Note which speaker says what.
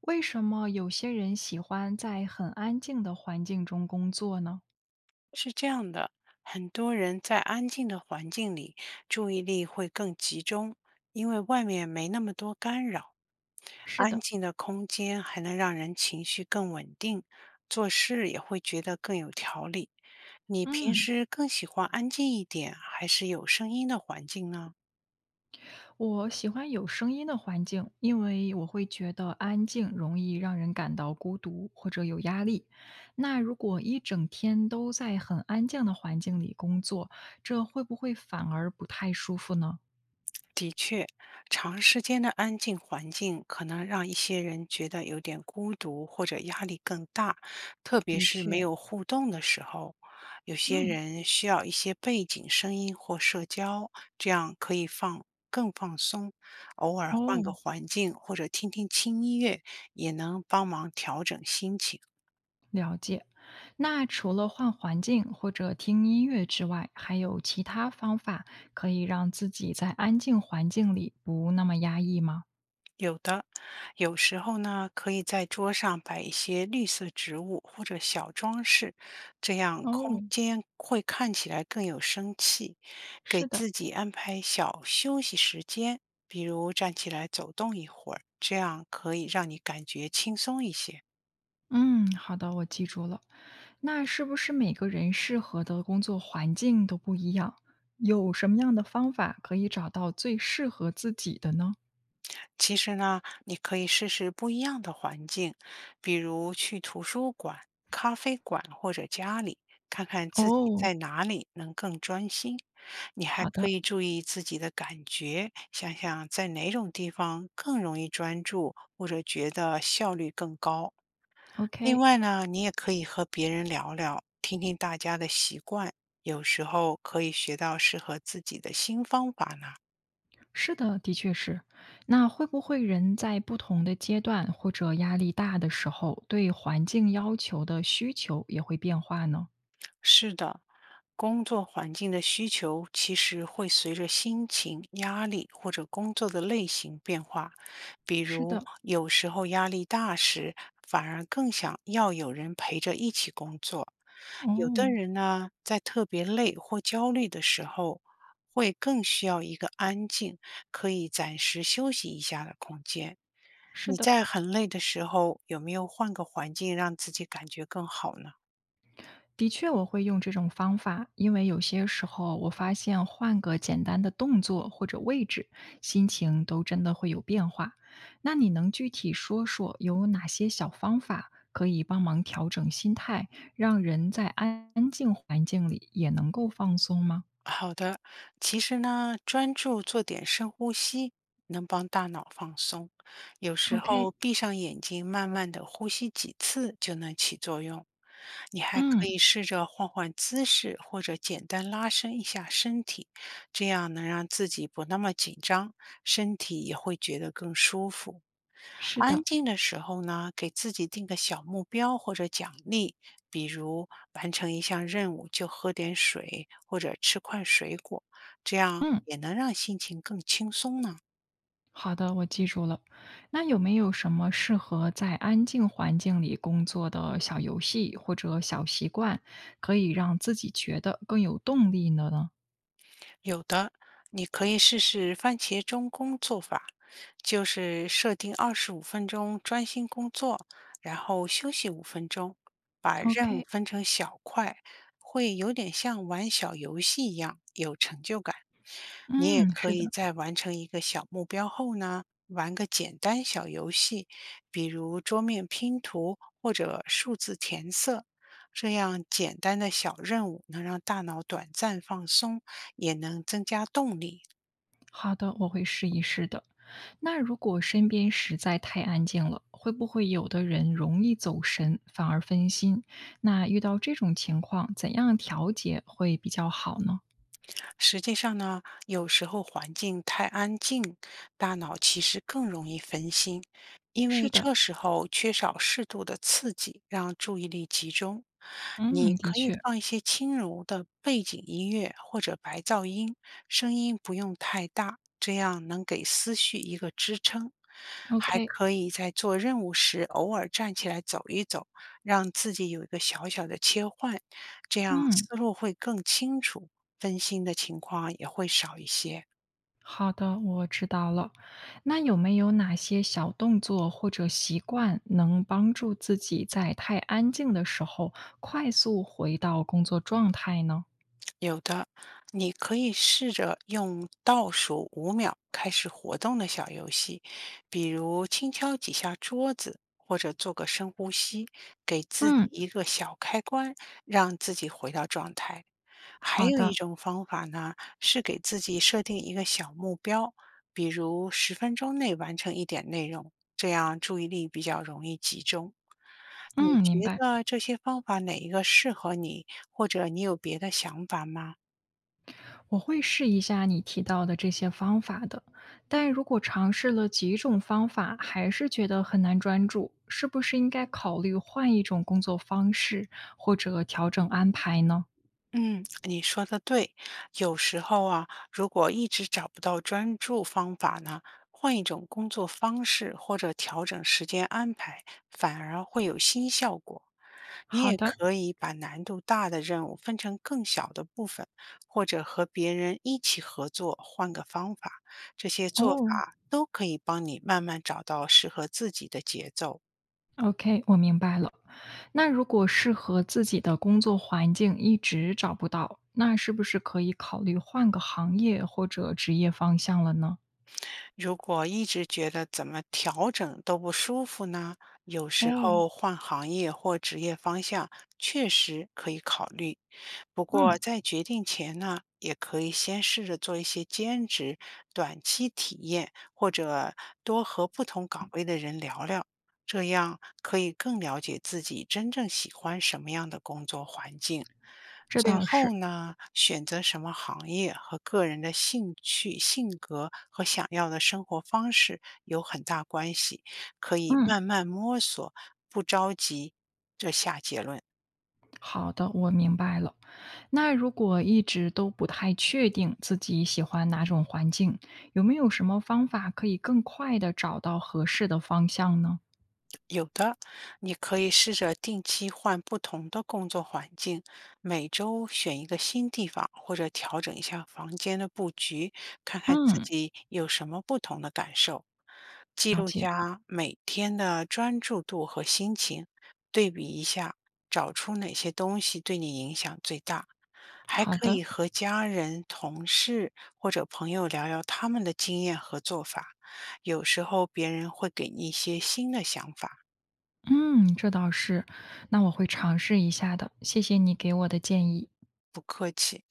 Speaker 1: 为什么有些人喜欢在很安静的环境中工作呢？
Speaker 2: 是这样的，很多人在安静的环境里，注意力会更集中，因为外面没那么多干扰。
Speaker 1: 是
Speaker 2: 安
Speaker 1: 的，
Speaker 2: 静的空间还能让人情绪更稳定，做事也会觉得更有条理。你平
Speaker 1: 嗯，
Speaker 2: 时更喜欢安静一点，还是有声音的环境呢？
Speaker 1: 我喜欢有声音的环境，因为我会觉得安静容易让人感到孤独或者有压力。那如果一整天都在很安静的环境里工作，这会不会反而不太舒服呢？
Speaker 2: 的确，长时间的安静环境可能让一些人觉得有点孤独或者压力更大，特别
Speaker 1: 的
Speaker 2: 是
Speaker 1: 确，
Speaker 2: 没有互动的时候。有些
Speaker 1: 嗯，
Speaker 2: 人需要一些背景声音或社交，这样可以放更放松。偶尔换
Speaker 1: 哦，
Speaker 2: 个环境或者听听轻音乐，也能帮忙调整心情。
Speaker 1: 了解。那除了换环境或者听音乐之外，还有其他方法可以让自己在安静环境里不那么压抑吗？
Speaker 2: 有的，有时候呢，可以在桌上摆一些绿色植物或者小装饰，这样空
Speaker 1: 哦，
Speaker 2: 间会看起来更有生气。给
Speaker 1: 是的，
Speaker 2: 自己安排小休息时间，比如站起来走动一会儿，这样可以让你感觉轻松一些。
Speaker 1: 嗯，好的，我记住了。那是不是每个人适合的工作环境都不一样？有什么样的方法可以找到最适合自己的呢？
Speaker 2: 其实呢，你可以试试不一样的环境，比如去图书馆、咖啡馆或者家里，看看自己
Speaker 1: 哦，
Speaker 2: 在哪里能更专心。你还
Speaker 1: 好
Speaker 2: 可
Speaker 1: 的
Speaker 2: 以注意自己的感觉，想想在哪种地方更容易专注，或者觉得效率更高。另
Speaker 1: ，OK。
Speaker 2: 外呢，你也可以和别人聊聊，听听大家的习惯，有时候可以学到适合自己的新方法呢。
Speaker 1: 是的，的确是。那会不会人在不同的阶段或者压力大的时候，对环境要求的需求也会变化呢？
Speaker 2: 是的，工作环境的需求其实会随着心情、压力或者工作的类型变化。比
Speaker 1: 是
Speaker 2: 如，
Speaker 1: 的，
Speaker 2: 有时候压力大时，反而更想要有人陪着一起工作；有
Speaker 1: 哦，
Speaker 2: 的人呢，在特别累或焦虑的时候，会更需要一个安静、可以暂时休息一下的空间。
Speaker 1: 是
Speaker 2: 你
Speaker 1: 的，
Speaker 2: 在很累的时候，有没有换个环境让自己感觉更好呢？
Speaker 1: 的确我会用这种方法，因为有些时候我发现换个简单的动作或者位置，心情都真的会有变化。那你能具体说说有哪些小方法可以帮忙调整心态，让人在安安静环境里也能够放松吗？
Speaker 2: 好的，其实呢，专注做点深呼吸，能帮大脑放松。有时候
Speaker 1: OK，
Speaker 2: 闭上眼睛，慢慢的呼吸几次就能起作用。你还可
Speaker 1: 嗯，
Speaker 2: 以试着换换姿势，或者简单拉伸一下身体，这样能让自己不那么紧张，身体也会觉得更舒服。
Speaker 1: 是
Speaker 2: 安
Speaker 1: 的，
Speaker 2: 静的时候呢，给自己定个小目标或者奖励，比如完成一项任务就喝点水或者吃块水果，这样
Speaker 1: 嗯，
Speaker 2: 也能让心情更轻松呢。
Speaker 1: 好的，我记住了。那有没有什么适合在安静环境里工作的小游戏或者小习惯，可以让自己觉得更有动力的呢
Speaker 2: 有的，你可以试试番茄钟工作法，就是设定25分钟专心工作，然后休息五分钟，把任务
Speaker 1: ？OK，
Speaker 2: 分成小块，会有点像玩小游戏一样，有成就感。你也
Speaker 1: 嗯，
Speaker 2: 可
Speaker 1: 是的，
Speaker 2: 以在完成一个小目标后呢，玩个简单小游戏，比如桌面拼图或者数字填色。这样简单的小任务能让大脑短暂放松，也能增加动力。
Speaker 1: 好的，我会试一试的。那如果身边实在太安静了，会不会有的人容易走神，反而分心？那遇到这种情况，怎样调节会比较好呢？
Speaker 2: 实际上呢，有时候环境太安静，大脑其实更容易分心，因为
Speaker 1: 是的，
Speaker 2: 这时候缺少适度的刺激，让注意力集中。你
Speaker 1: 嗯，
Speaker 2: 可
Speaker 1: 的
Speaker 2: 以
Speaker 1: 确
Speaker 2: 放一些轻柔的背景音乐或者白噪音，声音不用太大，这样能给思绪一个支撑。还
Speaker 1: ，OK。
Speaker 2: 可以在做任务时偶尔站起来走一走，让自己有一个小小的切换，这样
Speaker 1: 嗯，
Speaker 2: 思路会更清楚。分心的情况也会少一些。
Speaker 1: 好的，我知道了。那有没有哪些小动作或者习惯能帮助自己在太安静的时候快速回到工作状态呢？
Speaker 2: 有的，你可以试着用倒数5秒开始活动的小游戏，比如轻敲几下桌子，或者做个深呼吸，给自己
Speaker 1: 嗯，
Speaker 2: 一个小开关，让自己回到状态。还
Speaker 1: 好
Speaker 2: 有一
Speaker 1: 的，
Speaker 2: 种方法呢，是给自己设定一个小目标，比如10分钟内完成一点内容，这样注意力比较容易集中。你
Speaker 1: 嗯，
Speaker 2: 觉
Speaker 1: 明白。
Speaker 2: 得这些方法哪一个适合你，或者你有别的想法吗？
Speaker 1: 我会试一下你提到的这些方法的。但如果尝试了几种方法，还是觉得很难专注，是不是应该考虑换一种工作方式，或者调整安排呢？
Speaker 2: 嗯，你说的对。有时候啊，如果一直找不到专注方法呢，换一种工作方式或者调整时间安排，反而会有新效果。你
Speaker 1: 好
Speaker 2: 也
Speaker 1: 的，
Speaker 2: 可以把难度大的任务分成更小的部分，或者和别人一起合作，换个方法。这些做
Speaker 1: 哦，
Speaker 2: 法都可以帮你慢慢找到适合自己的节奏。
Speaker 1: OK，我明白了。那如果适合自己的工作环境一直找不到，那是不是可以考虑换个行业或者职业方向了呢？
Speaker 2: 如果一直觉得怎么调整都不舒服呢，有时
Speaker 1: 哦，
Speaker 2: 候换行业或职业方向确实可以考虑。不过
Speaker 1: 嗯，
Speaker 2: 在决定前呢，也可以先试着做一些兼职、短期体验，或者多和不同岗位的人聊聊，这样可以更了解自己真正喜欢什么样的工作环境。
Speaker 1: 这
Speaker 2: 最
Speaker 1: 倒是。
Speaker 2: 后呢，选择什么行业和个人的兴趣、性格和想要的生活方式有很大关系，可以
Speaker 1: 嗯，
Speaker 2: 慢慢摸索，不着急。
Speaker 1: 好的，我明白了。那如果一直都不太确定自己喜欢哪种环境，有没有什么方法可以更快的找到合适的方向呢？
Speaker 2: 有的，你可以试着定期换不同的工作环境，每周选一个新地方，或者调整一下房间的布局，看看自
Speaker 1: 嗯，
Speaker 2: 己有什么不同的感受。记
Speaker 1: 了
Speaker 2: 录
Speaker 1: 解。
Speaker 2: 下每天的专注度和心情，对比一下，找出哪些东西对你影响最大。还
Speaker 1: 好
Speaker 2: 可以
Speaker 1: 的。
Speaker 2: 和家人、同事或者朋友聊聊他们的经验和做法，有时候别人会给你一些新的想法。
Speaker 1: 嗯，这倒是，那我会尝试一下的，谢谢你给我的建议。
Speaker 2: 不客气。